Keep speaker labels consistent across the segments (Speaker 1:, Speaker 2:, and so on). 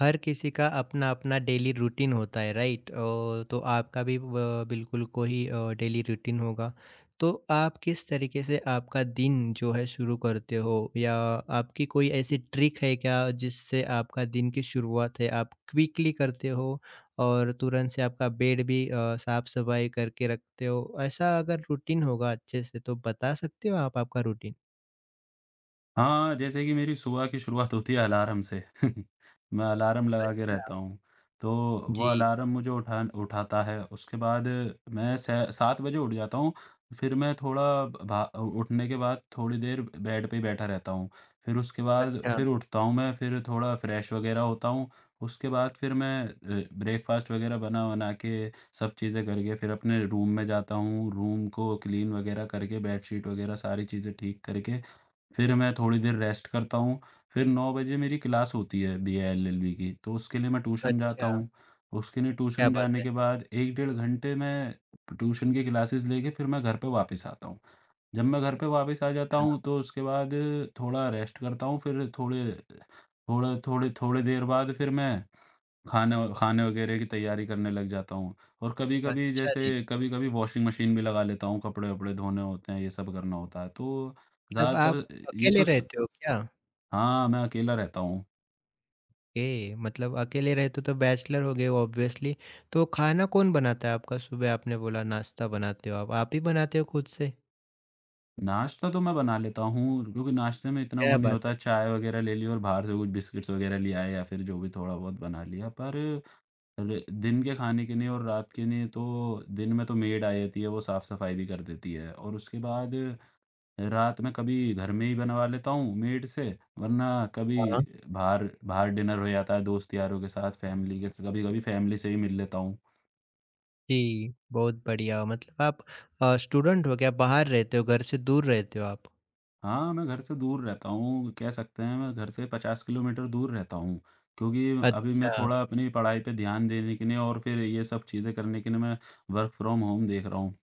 Speaker 1: हर किसी का अपना-अपना डेली रूटीन होता है, राइट? तो आपका भी ब बिल्कुल कोई डेली रूटीन होगा। तो आप किस तरीके से आपका दिन जो है शुरू करते हो या आपकी कोई ऐसी ट्रिक है क्या जिससे आपका दिन की शुरुआत है आप क्विकली करते हो और तुरंत से आपका बेड भी साफ-सफाई करके रखते हो? ऐसा अगर रूटीन होगा अच्छे से तो बता सकते हो आप आपका रूटीन?
Speaker 2: हाँ, जैसे कि मेरी सुबह की शुरुआत होती है अलार्म से। मैं अलार्म लगा के
Speaker 1: अच्छा।
Speaker 2: रहता हूँ, तो वो
Speaker 1: जी।
Speaker 2: अलार्म मुझे उठा उठाता है। उसके बाद मैं स 7 बजे उठ जाता हूँ, फिर मैं थोड़ा भा उठने के बाद थोड़ी देर बेड पे ही बैठा रहता हूँ। फिर उसके बाद
Speaker 1: अच्छा।
Speaker 2: फिर उठता हूँ मैं, फिर थोड़ा फ्रेश वगैरह होता हूँ। उसके बाद फिर मैं ब्रेकफ़ास्ट वगैरह बना-वना के सब चीज़ें करके फिर अपने रूम में जाता हूँ। रूम को क्लीन वगैरह करके बेडशीट वगैरह सारी चीज़ें ठीक करके फिर मैं थोड़ी देर रेस्ट करता हूँ, फिर 9 बजे मेरी क्लास होती है बीएएलएलबी की, तो उसके लिए मैं ट्यूशन
Speaker 1: अच्छा।
Speaker 2: जाता हूँ। उसके लिए
Speaker 1: क्या
Speaker 2: ट्यूशन
Speaker 1: बात
Speaker 2: जाने
Speaker 1: है!
Speaker 2: के बाद 1 डेढ़ घंटे मैं ट्यूशन की क्लासेस लेके फिर मैं घर पे वापस आता हूँ। जब मैं घर पे वापस आ जाता
Speaker 1: अच्छा।
Speaker 2: हूँ तो उसके बाद थोड़ा रेस्ट करता हूँ, फिर थोड़े थोड़े थोड़े थोड़ी देर बाद फिर मैं खाना खाने वगैरह की तैयारी करने लग जाता हूँ, और कभी-कभी,
Speaker 1: अच्छा जी।
Speaker 2: जैसे कभी-कभी वॉशिंग मशीन भी लगा लेता हूँ, कपड़े-वपड़े धोने होते हैं, ये सब करना होता है। तो
Speaker 1: मतलब
Speaker 2: ज़्यादातर।
Speaker 1: आप
Speaker 2: ये
Speaker 1: अकेले
Speaker 2: तो। स
Speaker 1: रहते हो क्या?
Speaker 2: हाँ, मैं अकेला रहता हूँ।
Speaker 1: ओके, मतलब अकेले रहते हो तो बैचलर हो गए ऑब्वियसली। तो खाना कौन बनाता है आपका? सुबह आपने बोला नाश्ता बनाते हो आप। आप ही बनाते हो खुद से?
Speaker 2: नाश्ता तो मैं बना लेता हूँ क्योंकि नाश्ते में इतना वो
Speaker 1: क्या
Speaker 2: नहीं
Speaker 1: बात
Speaker 2: होता
Speaker 1: है!
Speaker 2: है, चाय वगैरह ले ली, और बाहर से कुछ बिस्किट्स वगैरह ले आए, या फिर जो भी थोड़ा-बहुत बना लिया। पर र दिन के खाने के लिए और रात के लिए तो दिन में तो मेड आ जाती है, वो साफ़-सफाई भी कर देती है और उसके बाद रात में कभी घर में ही बनवा लेता हूँ मेड से, वरना कभी
Speaker 1: हाँ।
Speaker 2: बाहर बाहर डिनर हो जाता है दोस्त यारों के साथ, फैमिली के कभी-कभी फैमिली से ही मिल लेता हूँ।
Speaker 1: जी, बहुत बढ़िया। मतलब आप स्टूडेंट हो क्या? बाहर रहते हो, घर से दूर रहते हो आप?
Speaker 2: हाँ, मैं घर से दूर रहता हूँ, कह सकते हैं मैं घर से 50 किलोमीटर दूर रहता हूँ, क्योंकि अभी मैं
Speaker 1: अच्छा।
Speaker 2: थोड़ा अपनी पढ़ाई पे ध्यान देने के लिए, और फिर ये सब चीज़ें करने के लिए मैं वर्क फ्रॉम होम देख रहा हूँ।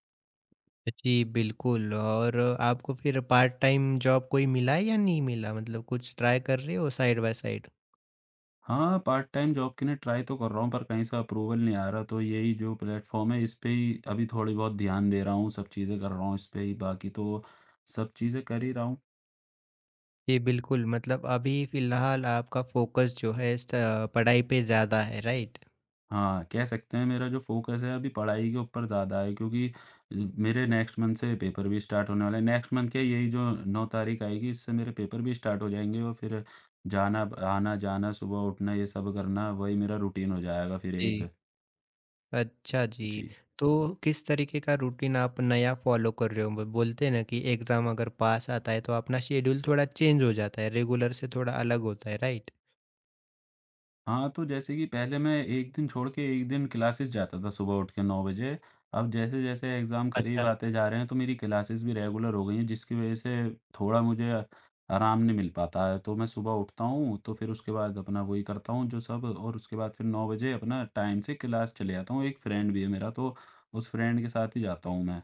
Speaker 1: जी बिल्कुल। और आपको फिर पार्ट टाइम जॉब कोई मिला है या नहीं मिला? मतलब कुछ ट्राई कर रहे हो साइड बाय साइड?
Speaker 2: हाँ, पार्ट टाइम जॉब के लिए ट्राई तो कर रहा हूँ, पर कहीं से अप्रूवल नहीं आ रहा, तो यही जो प्लेटफ़ॉर्म है, इस पे ही अभी थोड़ी बहुत ध्यान दे रहा हूँ, सब चीज़ें कर रहा हूँ इस पे ही, बाकी तो सब चीज़ें कर ही रहा हूँ।
Speaker 1: जी, बिल्कुल। मतलब अभी फ़िलहाल आपका फ़ोकस जो है स पढ़ाई पे ज़्यादा है, राइट?
Speaker 2: हाँ, कह सकते हैं मेरा जो फ़ोकस है अभी पढ़ाई के ऊपर ज़्यादा है, क्योंकि ल मेरे नेक्स्ट मंथ से पेपर भी स्टार्ट होने वाले हैं। नेक्स्ट मंथ क्या, यही जो 9 तारीख आएगी, इससे मेरे पेपर भी स्टार्ट हो जाएँगे, और फिर जाना ब आना-जाना, सुबह उठना, ये सब करना, वही मेरा रूटीन हो जाएगा फिर
Speaker 1: जी।
Speaker 2: एक।
Speaker 1: अच्छा जी।
Speaker 2: जी।
Speaker 1: तो किस तरीके का रूटीन आप नया फ़ॉलो कर रहे हो? ब बोलते हैं ना कि एग्ज़ाम अगर पास आता है तो अपना शेड्यूल थोड़ा चेंज हो जाता है, रेगुलर से थोड़ा अलग होता है, राइट?
Speaker 2: हाँ, तो जैसे कि पहले मैं 1 दिन छोड़ के 1 दिन क्लासेस जाता था सुबह उठ के 9 बजे। अब जैसे-जैसे एग्ज़ाम करीब
Speaker 1: अच्छा।
Speaker 2: आते जा रहे हैं, तो मेरी क्लासेस भी रेगुलर हो गई हैं, जिसकी वज़ह से थोड़ा मुझे आराम नहीं मिल पाता है। तो मैं सुबह उठता हूँ, तो फिर उसके बाद अपना वही करता हूँ जो सब, और उसके बाद फिर 9 बजे अपना टाइम से क्लास चले जाता हूँ। एक फ्रेंड भी है मेरा, तो उस फ्रेंड के साथ ही जाता हूँ मैं।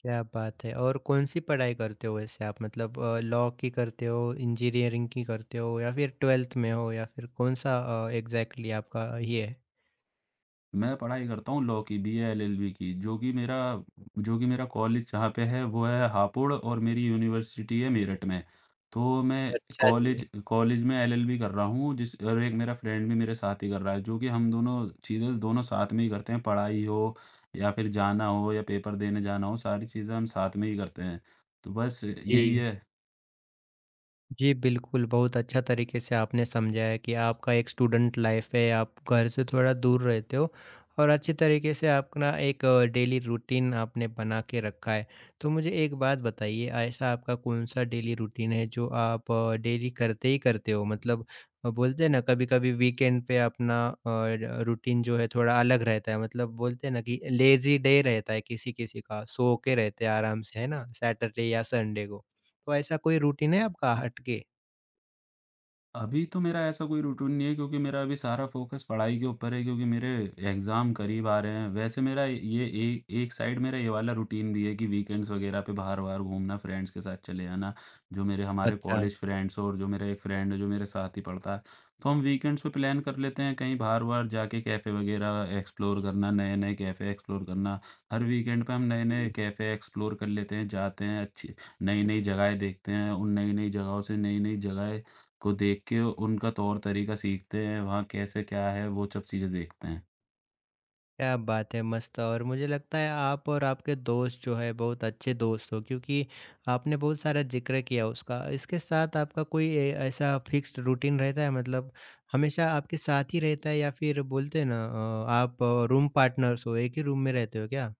Speaker 1: क्या बात है। और कौन-सी पढ़ाई करते हो वैसे आप? मतलब लॉ की करते हो, इंजीनियरिंग की करते हो या फिर 12th में हो या फिर कौन-सा एग्ज़ैक्टली आपका ये है?
Speaker 2: मैं पढ़ाई करता हूँ लॉ की, बीए एलएलबी की, जो कि मेरा कॉलेज जहाँ पे है वो है हापुड़, और मेरी यूनिवर्सिटी है मेरठ में। तो मैं
Speaker 1: अच्छा जी।
Speaker 2: कॉलेज कॉलेज में एलएलबी कर रहा हूँ जिस, और एक मेरा फ्रेंड भी मेरे साथ ही कर रहा है, जो कि हम दोनों चीज़ें दोनों साथ में ही करते हैं, पढ़ाई हो या फिर जाना हो या पेपर देने जाना हो, सारी चीज़ें हम साथ में ही करते हैं। तो बस यही
Speaker 1: जी।
Speaker 2: है।
Speaker 1: जी, बिल्कुल, बहुत अच्छा तरीके से आपने समझाया कि आपका एक स्टूडेंट लाइफ़ है, आप घर से थोड़ा दूर रहते हो और अच्छे तरीके से अपना एक डेली रूटीन आपने बना के रखा है। तो मुझे एक बात बताइए, ऐसा आपका कौन-सा डेली रूटीन है जो आप डेली करते ही करते हो? मतलब बोलते हैं ना कभी-कभी वीकेंड पे अपना अ, र रूटीन जो है थोड़ा अलग रहता है, मतलब बोलते हैं ना कि लेज़ी डे रहता है किसी-किसी का, सो के रहते हैं आराम से, है ना? सैटरडे या संडे को। तो ऐसा कोई रूटीन है आपका हटके?
Speaker 2: अभी तो मेरा ऐसा कोई रूटीन नहीं है, क्योंकि मेरा अभी सारा फ़ोकस पढ़ाई के ऊपर है, क्योंकि मेरे एग्ज़ाम करीब आ रहे हैं। वैसे मेरा ये ए एक साइड मेरा ये वाला रूटीन भी है कि वीकेंड्स वग़ैरह पे बाहर-वाहर घूमना, फ्रेंड्स के साथ चले जाना। जो मेरे हमारे
Speaker 1: अच्छा।
Speaker 2: कॉलेज फ्रेंड्स, और जो मेरा एक फ्रेंड है जो मेरे साथ ही पढ़ता है, तो हम वीकेंड्स पे प्लान कर लेते हैं कहीं बाहर-वाहर जाके कैफ़े वग़ैरह एक्सप्लोर करना, नए-नए कैफ़े एक्सप्लोर करना। हर वीकेंड पे हम नए-नए
Speaker 1: जी।
Speaker 2: कैफ़े एक्सप्लोर कर लेते हैं, जाते हैं, अच्छी नई-नई जगहें देखते हैं। उन नई-नई जगहों से नई-नई जगहें को देख के उनका तौर तरीका सीखते हैं, वहाँ कैसे क्या है वो सब चीज़ें देखते हैं।
Speaker 1: क्या बात है, मस्त। और मुझे लगता है आप और आपके दोस्त जो है बहुत अच्छे दोस्त हो क्योंकि आपने बहुत सारा ज़िक्र किया उसका। इसके साथ आपका कोई ए ऐसा फिक्स्ड रूटीन रहता है मतलब हमेशा आपके साथ ही रहता है या फिर बोलते हैं ना आप रूम पार्टनर्स हो, एक ही रूम में रहते हो क्या?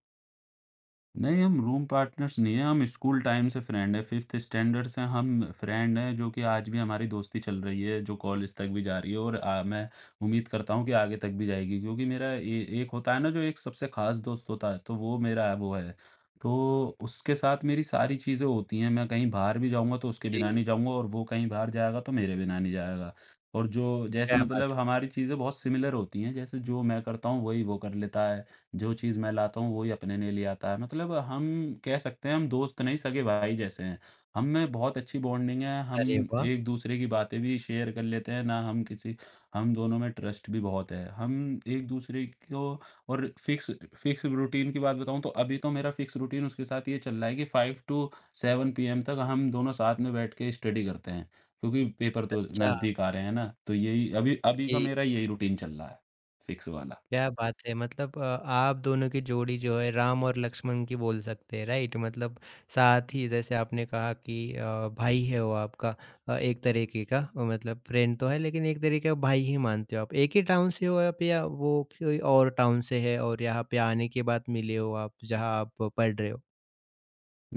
Speaker 2: नहीं, हम रूम पार्टनर्स नहीं हैं, हम स्कूल टाइम से फ्रेंड हैं, फ़िफ्थ स्टैंडर्ड से हम फ्रेंड हैं, जो कि आज भी हमारी दोस्ती चल रही है, जो कॉलेज तक भी जा रही है, और मैं उम्मीद करता हूँ कि आगे तक भी जाएगी। क्योंकि मेरा ए एक होता है ना, जो एक सबसे ख़ास दोस्त होता है, तो वो मेरा है, वो है। तो उसके साथ मेरी सारी चीज़ें होती हैं, मैं कहीं बाहर भी जाऊँगा, तो उसके बिना
Speaker 1: जी।
Speaker 2: नहीं जाऊँगा, और वो कहीं बाहर जाएगा, तो मेरे बिना नहीं जाएगा। और जो जैसे
Speaker 1: क्या
Speaker 2: मतलब
Speaker 1: बात है!
Speaker 2: हमारी चीज़ें बहुत सिमिलर होती हैं, जैसे जो मैं करता हूँ, वही वो कर लेता है। जो चीज़ मैं लाता हूँ वही अपने लिए ले आता है। मतलब हम कह सकते हैं हम दोस्त नहीं, सगे-भाई जैसे हैं। हम में बहुत अच्छी बॉन्डिंग है,
Speaker 1: अरे
Speaker 2: हम
Speaker 1: वाह!
Speaker 2: एक-दूसरे की बातें भी शेयर कर लेते हैं, ना हम किसी। हम दोनों में ट्रस्ट भी बहुत है। हम एक-दूसरे को। और फिक्स फिक्स रूटीन की बात बताऊँ, तो अभी तो मेरा फिक्स रूटीन उसके साथ ये चल रहा है कि 5 टू 7 पीएम तक हम दोनों साथ में बैठ के स्टडी करते हैं, क्योंकि पेपर तो
Speaker 1: अच्छा।
Speaker 2: नज़दीक आ रहे हैं ना, तो यही अभी अभी का
Speaker 1: जी।
Speaker 2: मेरा यही रूटीन चल रहा है, फिक्स वाला।
Speaker 1: क्या बात है! मतलब आप दोनों की जोड़ी जो है राम और लक्ष्मण की बोल सकते हैं, राइट? मतलब साथ ही जैसे आपने कहा कि भाई है वो आपका, एक तरीके का, मतलब फ्रेंड तो है लेकिन एक तरीके का भाई ही मानते हो आप। एक ही टाउन से हो आप या वो कोई और टाउन से है और यहाँ पे आने के बाद मिले हो आप जहाँ आप पढ़ रहे हो?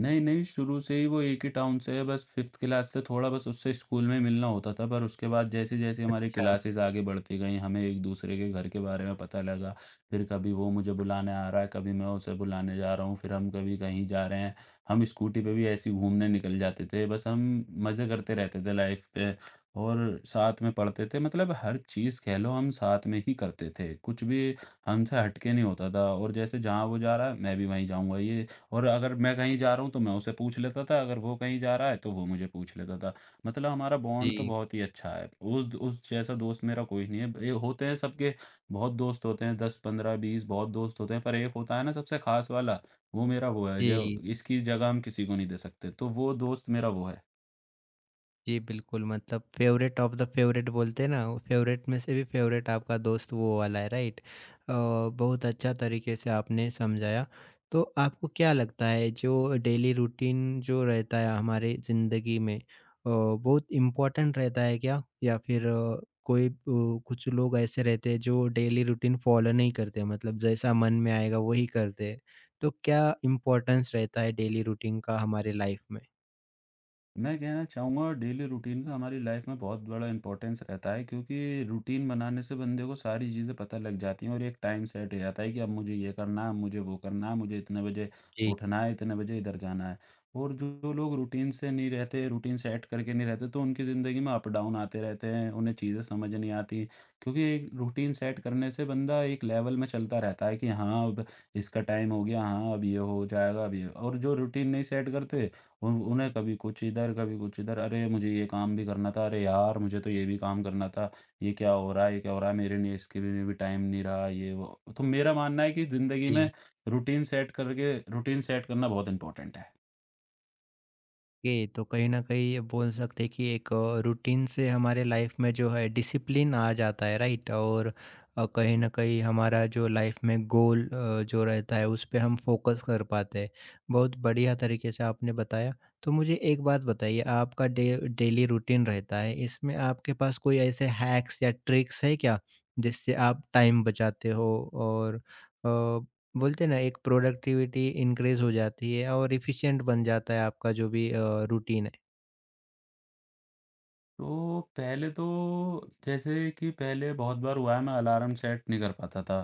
Speaker 2: नहीं, नहीं, शुरू से ही वो एक ही टाउन से है, बस 5th क्लास से थोड़ा बस उससे स्कूल में मिलना होता था, पर उसके बाद जैसे-जैसे हमारी
Speaker 1: अच्छा।
Speaker 2: क्लासेज़ आगे बढ़ती गईं, हमें एक-दूसरे के घर के बारे में पता लगा। फिर कभी वो मुझे बुलाने आ रहा है, कभी मैं उसे बुलाने जा रहा हूँ, फिर हम कभी कहीं जा रहे हैं। हम स्कूटी पे भी ऐसे ही घूमने निकल जाते थे, बस हम मज़े करते रहते थे लाइफ़ पे, और साथ में पढ़ते थे, मतलब हर चीज़ कह लो हम साथ में ही करते थे, कुछ भी हमसे हट के नहीं होता था, और जैसे जहाँ वो जा रहा है, मैं भी वहीं जाऊँगा। ये। और अगर मैं कहीं जा रहा हूँ तो मैं उसे पूछ लेता था, अगर वो कहीं जा रहा है तो वो मुझे पूछ लेता था। मतलब हमारा बॉन्ड तो
Speaker 1: जी।
Speaker 2: बहुत ही अच्छा है। उस जैसा दोस्त मेरा कोई नहीं है। ये होते हैं सबके, बहुत दोस्त होते हैं, 10, 15, 20 बहुत दोस्त होते हैं, पर एक होता है ना सबसे खास वाला, वो मेरा वो है, जो
Speaker 1: जी।
Speaker 2: इसकी जगह हम किसी को नहीं दे सकते। तो वो दोस्त मेरा वो है।
Speaker 1: जी, बिल्कुल, मतलब फेवरेट ऑफ द फेवरेट बोलते हैं ना, वो फेवरेट में से भी फेवरेट आपका दोस्त वो वाला है, राइट? बहुत अच्छा तरीके से आपने समझाया। तो आपको क्या लगता है जो डेली रूटीन जो रहता है हमारे ज़िंदगी में बहुत इम्पोर्टेंट रहता है क्या? या फिर कुछ लोग ऐसे रहते हैं जो डेली रूटीन फॉलो नहीं करते, मतलब जैसा मन में आएगा वही करते हैं। तो क्या इम्पोर्टेंस रहता है डेली रूटीन का हमारे लाइफ में?
Speaker 2: मैं कहना चाहूँगा डेली रूटीन का हमारी लाइफ में बहुत बड़ा इम्पोर्टेंस रहता है, क्योंकि रूटीन बनाने से बंदे को सारी चीज़ें पता लग जाती हैं, और एक टाइम सेट हो जाता है कि अब मुझे ये करना है, अब मुझे वो करना है, मुझे इतने बजे
Speaker 1: जी।
Speaker 2: उठना है, इतने बजे इधर जाना है। और जो जो लोग रूटीन से नहीं रहते, रूटीन सेट करके नहीं रहते, तो उनकी ज़िंदगी में अप डाउन आते रहते हैं, उन्हें चीज़ें समझ नहीं आती। क्योंकि एक रूटीन सेट करने से बंदा एक लेवल में चलता रहता है कि हाँ, अब इसका टाइम हो गया, हाँ, अब ये हो जाएगा, अब ये। और जो रूटीन नहीं सेट करते, उन उन्हें कभी कुछ इधर, कभी कुछ इधर, "अरे! मुझे ये काम भी करना था। अरे यार! मुझे तो ये भी काम करना था। ये क्या हो रहा है? ये क्या हो रहा है? "मेरे लिए इसके लिए भी टाइम नहीं रहा।" ये वो, तो मेरा मानना है कि ज़िंदगी
Speaker 1: जी।
Speaker 2: में रूटीन सेट करके रूटीन सेट करना बहुत इम्पोर्टेंट है।
Speaker 1: ओके, तो कहीं ना कहीं ये बोल सकते हैं कि एक रूटीन से हमारे लाइफ में जो है डिसिप्लिन आ जाता है, राइट? और कहीं ना कहीं हमारा जो लाइफ में गोल जो रहता है उस पे हम फोकस कर पाते हैं। बहुत बढ़िया तरीके से आपने बताया। तो मुझे एक बात बताइए, आपका डे डेली रूटीन रहता है, इसमें आपके पास कोई ऐसे हैक्स या ट्रिक्स है क्या जिससे आप टाइम बचाते हो और बोलते हैं ना एक प्रोडक्टिविटी इंक्रीज हो जाती है और एफिशिएंट बन जाता है आपका जो भी रूटीन है।
Speaker 2: तो पहले तो, जैसे कि पहले बहुत बार हुआ है, मैं अलार्म सेट नहीं कर पाता था,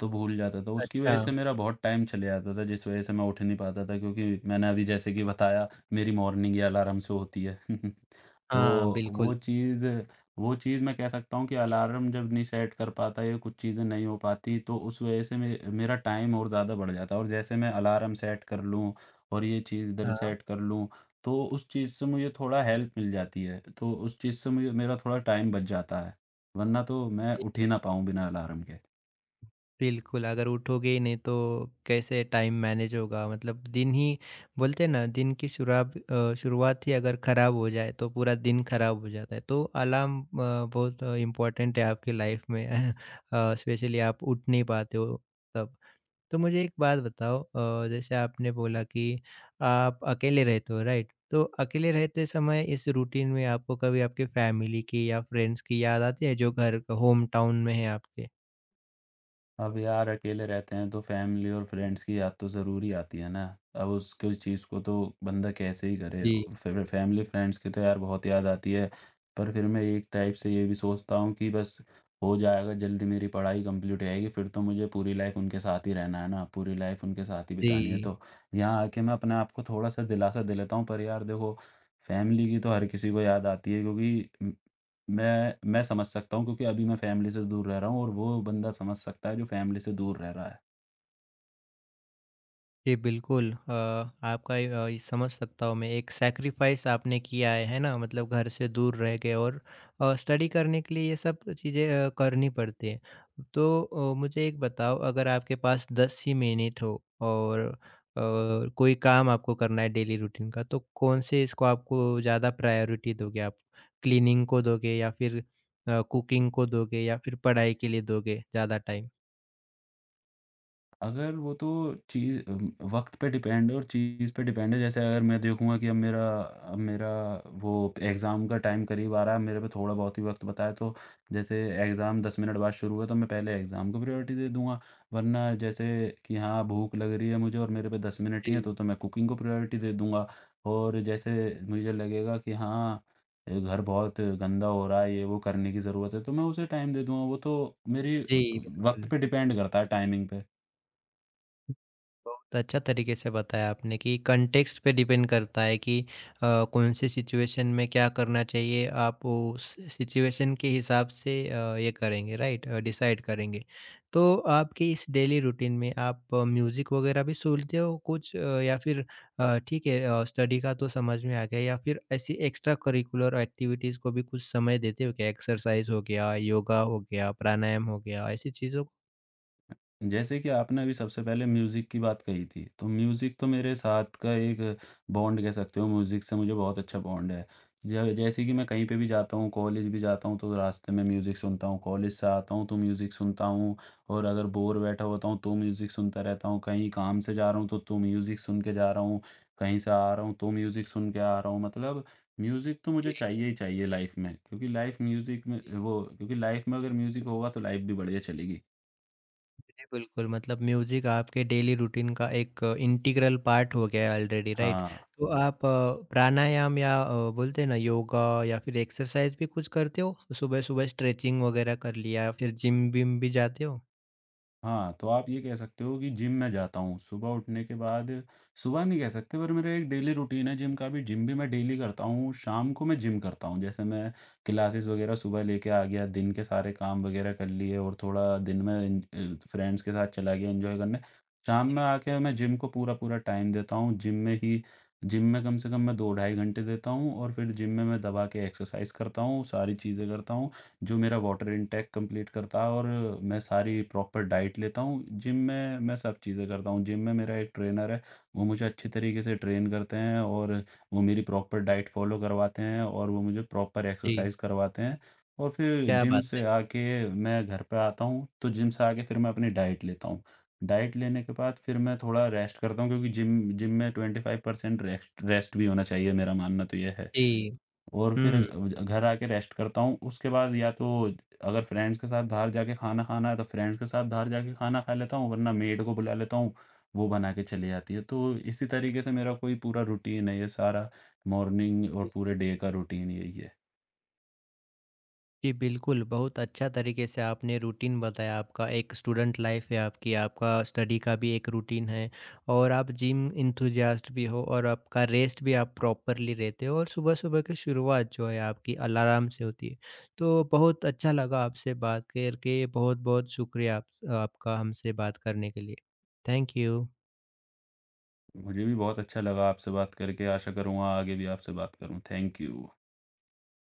Speaker 2: तो भूल जाता था। उसकी
Speaker 1: अच्छा।
Speaker 2: वज़ह से मेरा बहुत टाइम चले जाता था, जिस वज़ह से मैं उठ नहीं पाता था, क्योंकि मैंने अभी जैसे कि बताया, मेरी मॉर्निंग ही अलार्म से होती है।
Speaker 1: हाँ,
Speaker 2: तो
Speaker 1: बिल्कुल।
Speaker 2: वो चीज़ मैं कह सकता हूँ कि अलार्म जब नहीं सेट कर पाता या कुछ चीज़ें नहीं हो पाती, तो उस वज़ह से मे मेरा टाइम और ज़्यादा बढ़ जाता है। और जैसे मैं अलार्म सेट कर लूँ और ये चीज़ इधर
Speaker 1: हाँ।
Speaker 2: सेट कर लूँ, तो उस चीज़ से मुझे थोड़ा हेल्प मिल जाती है। तो उस चीज़ से मुझे मेरा थोड़ा टाइम बच जाता है। वरना तो मैं
Speaker 1: ये
Speaker 2: उठ ही ना पाऊँ बिना अलार्म के।
Speaker 1: बिल्कुल, अगर उठोगे ही नहीं तो कैसे टाइम मैनेज होगा? मतलब दिन ही बोलते हैं ना, दिन की शुरुआत ही अगर खराब हो जाए तो पूरा दिन खराब हो जाता है। तो अलार्म बहुत इम्पोर्टेंट है आपकी लाइफ़ में। स्पेशली आप उठ नहीं पाते हो तब। तो मुझे एक बात बताओ, जैसे आपने बोला कि आप अकेले रहते हो, राइट? तो अकेले रहते समय इस रूटीन में आपको कभी आपके फैमिली की या फ्रेंड्स की याद आती है जो घर, होम टाउन में है आपके?
Speaker 2: अब यार, अकेले रहते हैं तो फैमिली और फ्रेंड्स की याद तो ज़रूरी आती है ना। अब उस कोई चीज़ को तो बंदा कैसे ही करे।
Speaker 1: जी।
Speaker 2: फे फैमिली फ्रेंड्स की तो यार बहुत याद आती है। पर फिर मैं एक टाइप से ये भी सोचता हूँ कि बस हो जाएगा, जल्दी मेरी पढ़ाई कंप्लीट हो जाएगी, फिर तो मुझे पूरी लाइफ उनके साथ ही रहना है ना, पूरी लाइफ उनके साथ ही बितानी है।
Speaker 1: जी।
Speaker 2: तो यहाँ आके मैं अपने आप को थोड़ा-सा दिलासा दे लेता हूँ। पर यार देखो, फैमिली की तो हर किसी को याद आती है, क्योंकि मैं समझ सकता हूँ। क्योंकि अभी मैं फैमिली से दूर रह रहा हूँ और वो बंदा समझ सकता है जो फैमिली से दूर रह रहा है।
Speaker 1: जी, बिल्कुल। आपका ये, ये समझ सकता हूँ मैं, एक सैक्रिफाइस आपने किया है ना? मतलब घर से दूर रह के और स्टडी करने के लिए ये सब चीज़ें करनी पड़ती हैं। तो मुझे एक बताओ, अगर आपके पास 10 ही मिनट हो और कोई काम आपको करना है डेली रूटीन का, तो कौन से इसको आपको ज़्यादा प्रायोरिटी दोगे आप? क्लीनिंग को दोगे या फिर कुकिंग को दोगे या फिर पढ़ाई के लिए दोगे ज़्यादा टाइम?
Speaker 2: अगर वो तो चीज़ वक़्त पे डिपेंड है और चीज़ पे डिपेंड है। जैसे अगर मैं देखूँगा कि अब मेरा वो एग्ज़ाम का टाइम करीब आ रहा है, मेरे पे थोड़ा बहुत ही वक़्त बचा है, तो जैसे एग्ज़ाम 10 मिनट बाद शुरू है, तो मैं पहले एग्ज़ाम को प्रायोरिटी दे दूँगा। वरना जैसे कि हाँ, भूख लग रही है मुझे और मेरे पे 10 मिनट ही हैं,
Speaker 1: जी।
Speaker 2: तो मैं कुकिंग को प्रायोरिटी दे दूँगा। और जैसे मुझे लगेगा कि हाँ, ये घर बहुत गंदा हो रहा है, ये वो करने की ज़रूरत है, तो मैं उसे टाइम दे दूँगा। वो तो मेरी
Speaker 1: जी,
Speaker 2: वक़्त
Speaker 1: बिल्कुल।
Speaker 2: पे डिपेंड करता है, टाइमिंग पे।
Speaker 1: बहुत अच्छा तरीके से बताया आपने कि कंटेक्स्ट पे डिपेंड करता है कि कौन सी सिचुएशन में क्या करना चाहिए, आप उस सिचुएशन के हिसाब से ये करेंगे, राइट? डिसाइड करेंगे। तो आपके इस डेली रूटीन में आप म्यूजिक वगैरह भी सुनते हो कुछ? या फिर ठीक है स्टडी का तो समझ में आ गया, या फिर ऐसी एक्स्ट्रा करिकुलर एक्टिविटीज को भी कुछ समय देते हो क्या? एक्सरसाइज हो गया, योगा हो गया, प्राणायाम हो गया, ऐसी चीजों
Speaker 2: जैसे कि आपने अभी सबसे पहले म्यूज़िक की बात कही थी, तो म्यूज़िक तो मेरे साथ का एक बॉन्ड कह सकते हो। म्यूज़िक से मुझे बहुत अच्छा बॉन्ड है। ज जैसे कि मैं कहीं पे भी जाता हूँ, कॉलेज भी जाता हूँ, तो रास्ते में म्यूज़िक सुनता हूँ। कॉलेज से आता हूँ तो म्यूज़िक सुनता हूँ। और अगर बोर बैठा होता हूँ तो म्यूज़िक सुनता रहता हूँ। कहीं काम से जा रहा हूँ तो म्यूज़िक सुन के जा रहा हूँ। कहीं से आ रहा हूँ तो म्यूज़िक सुन के आ रहा हूँ। मतलब म्यूज़िक तो
Speaker 1: को?
Speaker 2: मुझे चाहिए ही चाहिए लाइफ़ में, क्योंकि लाइफ़ में अगर म्यूज़िक होगा तो लाइफ़ भी बढ़िया चलेगी।
Speaker 1: जी, बिल्कुल। मतलब म्यूजिक आपके डेली रूटीन का एक इंटीग्रल पार्ट हो गया है ऑलरेडी, राइट?
Speaker 2: हाँ।
Speaker 1: तो आप प्राणायाम या बोलते हैं ना योगा या फिर एक्सरसाइज भी कुछ करते हो? सुबह सुबह स्ट्रेचिंग वगैरह कर लिया, फिर जिम विम भी जाते हो?
Speaker 2: हाँ, तो आप ये कह सकते हो कि जिम मैं जाता हूँ। सुबह उठने के बाद, सुबह नहीं कह सकते, पर मेरा एक डेली रूटीन है जिम का भी। जिम भी मैं डेली करता हूँ। शाम को मैं जिम करता हूँ। जैसे मैं क्लासेस वगैरह सुबह लेके आ गया, दिन के सारे काम वगैरह कर लिए और थोड़ा दिन में फ्रेंड्स के साथ चला गया एन्जॉय करने। शाम में आके मैं जिम को पूरा-पूरा टाइम देता हूँ। जिम में कम से कम मैं 2 ढाई घंटे देता हूँ और फिर जिम में मैं दबा के एक्सरसाइज़ करता हूँ, सारी चीज़ें करता हूँ। जो मेरा वाटर इनटेक कंप्लीट करता है और मैं सारी प्रॉपर डाइट लेता हूँ। जिम में मैं सब चीज़ें करता हूँ। जिम में मेरा एक ट्रेनर है, वो मुझे अच्छे तरीके से ट्रेन करते हैं और वो मेरी प्रॉपर डाइट फॉलो करवाते हैं और वो मुझे प्रॉपर
Speaker 1: जी।
Speaker 2: एक्सरसाइज़ करवाते हैं। और फिर
Speaker 1: क्या
Speaker 2: जिम
Speaker 1: बात
Speaker 2: से
Speaker 1: है।
Speaker 2: आके मैं घर पे आता हूँ, तो जिम से आके फिर मैं अपनी डाइट लेता हूँ। डाइट लेने के बाद फिर मैं थोड़ा रेस्ट करता हूँ, क्योंकि जिम जिम में 25% रेस्ट रेस्ट भी होना चाहिए, मेरा मानना तो ये है।
Speaker 1: जी।
Speaker 2: और फिर
Speaker 1: हम्म।
Speaker 2: घर आके रेस्ट करता हूँ। उसके बाद या तो, अगर फ्रेंड्स के साथ बाहर जाके खाना खाना है, तो फ्रेंड्स के साथ बाहर जाके खाना खा लेता हूँ, वरना मेड को बुला लेता हूँ, वो बना के चली जाती है। तो इसी तरीके से मेरा कोई पूरा रूटीन है। ये सारा मॉर्निंग और पूरे डे का रूटीन यही है।
Speaker 1: जी, बिल्कुल, बहुत अच्छा तरीके से आपने रूटीन बताया। आपका एक स्टूडेंट लाइफ है आपकी, आपका स्टडी का भी एक रूटीन है और आप जिम एंथुसियास्ट भी हो और आपका रेस्ट भी आप प्रॉपरली लेते हो और सुबह-सुबह की शुरुआत जो है आपकी अलार्म से होती है। तो बहुत अच्छा लगा आपसे बात करके, बहुत-बहुत शुक्रिया आप, आपका हमसे बात करने के लिए। Thank you.
Speaker 2: मुझे भी बहुत अच्छा लगा आपसे बात करके, आशा करूँगा आगे भी आपसे बात करूँ। Thank you.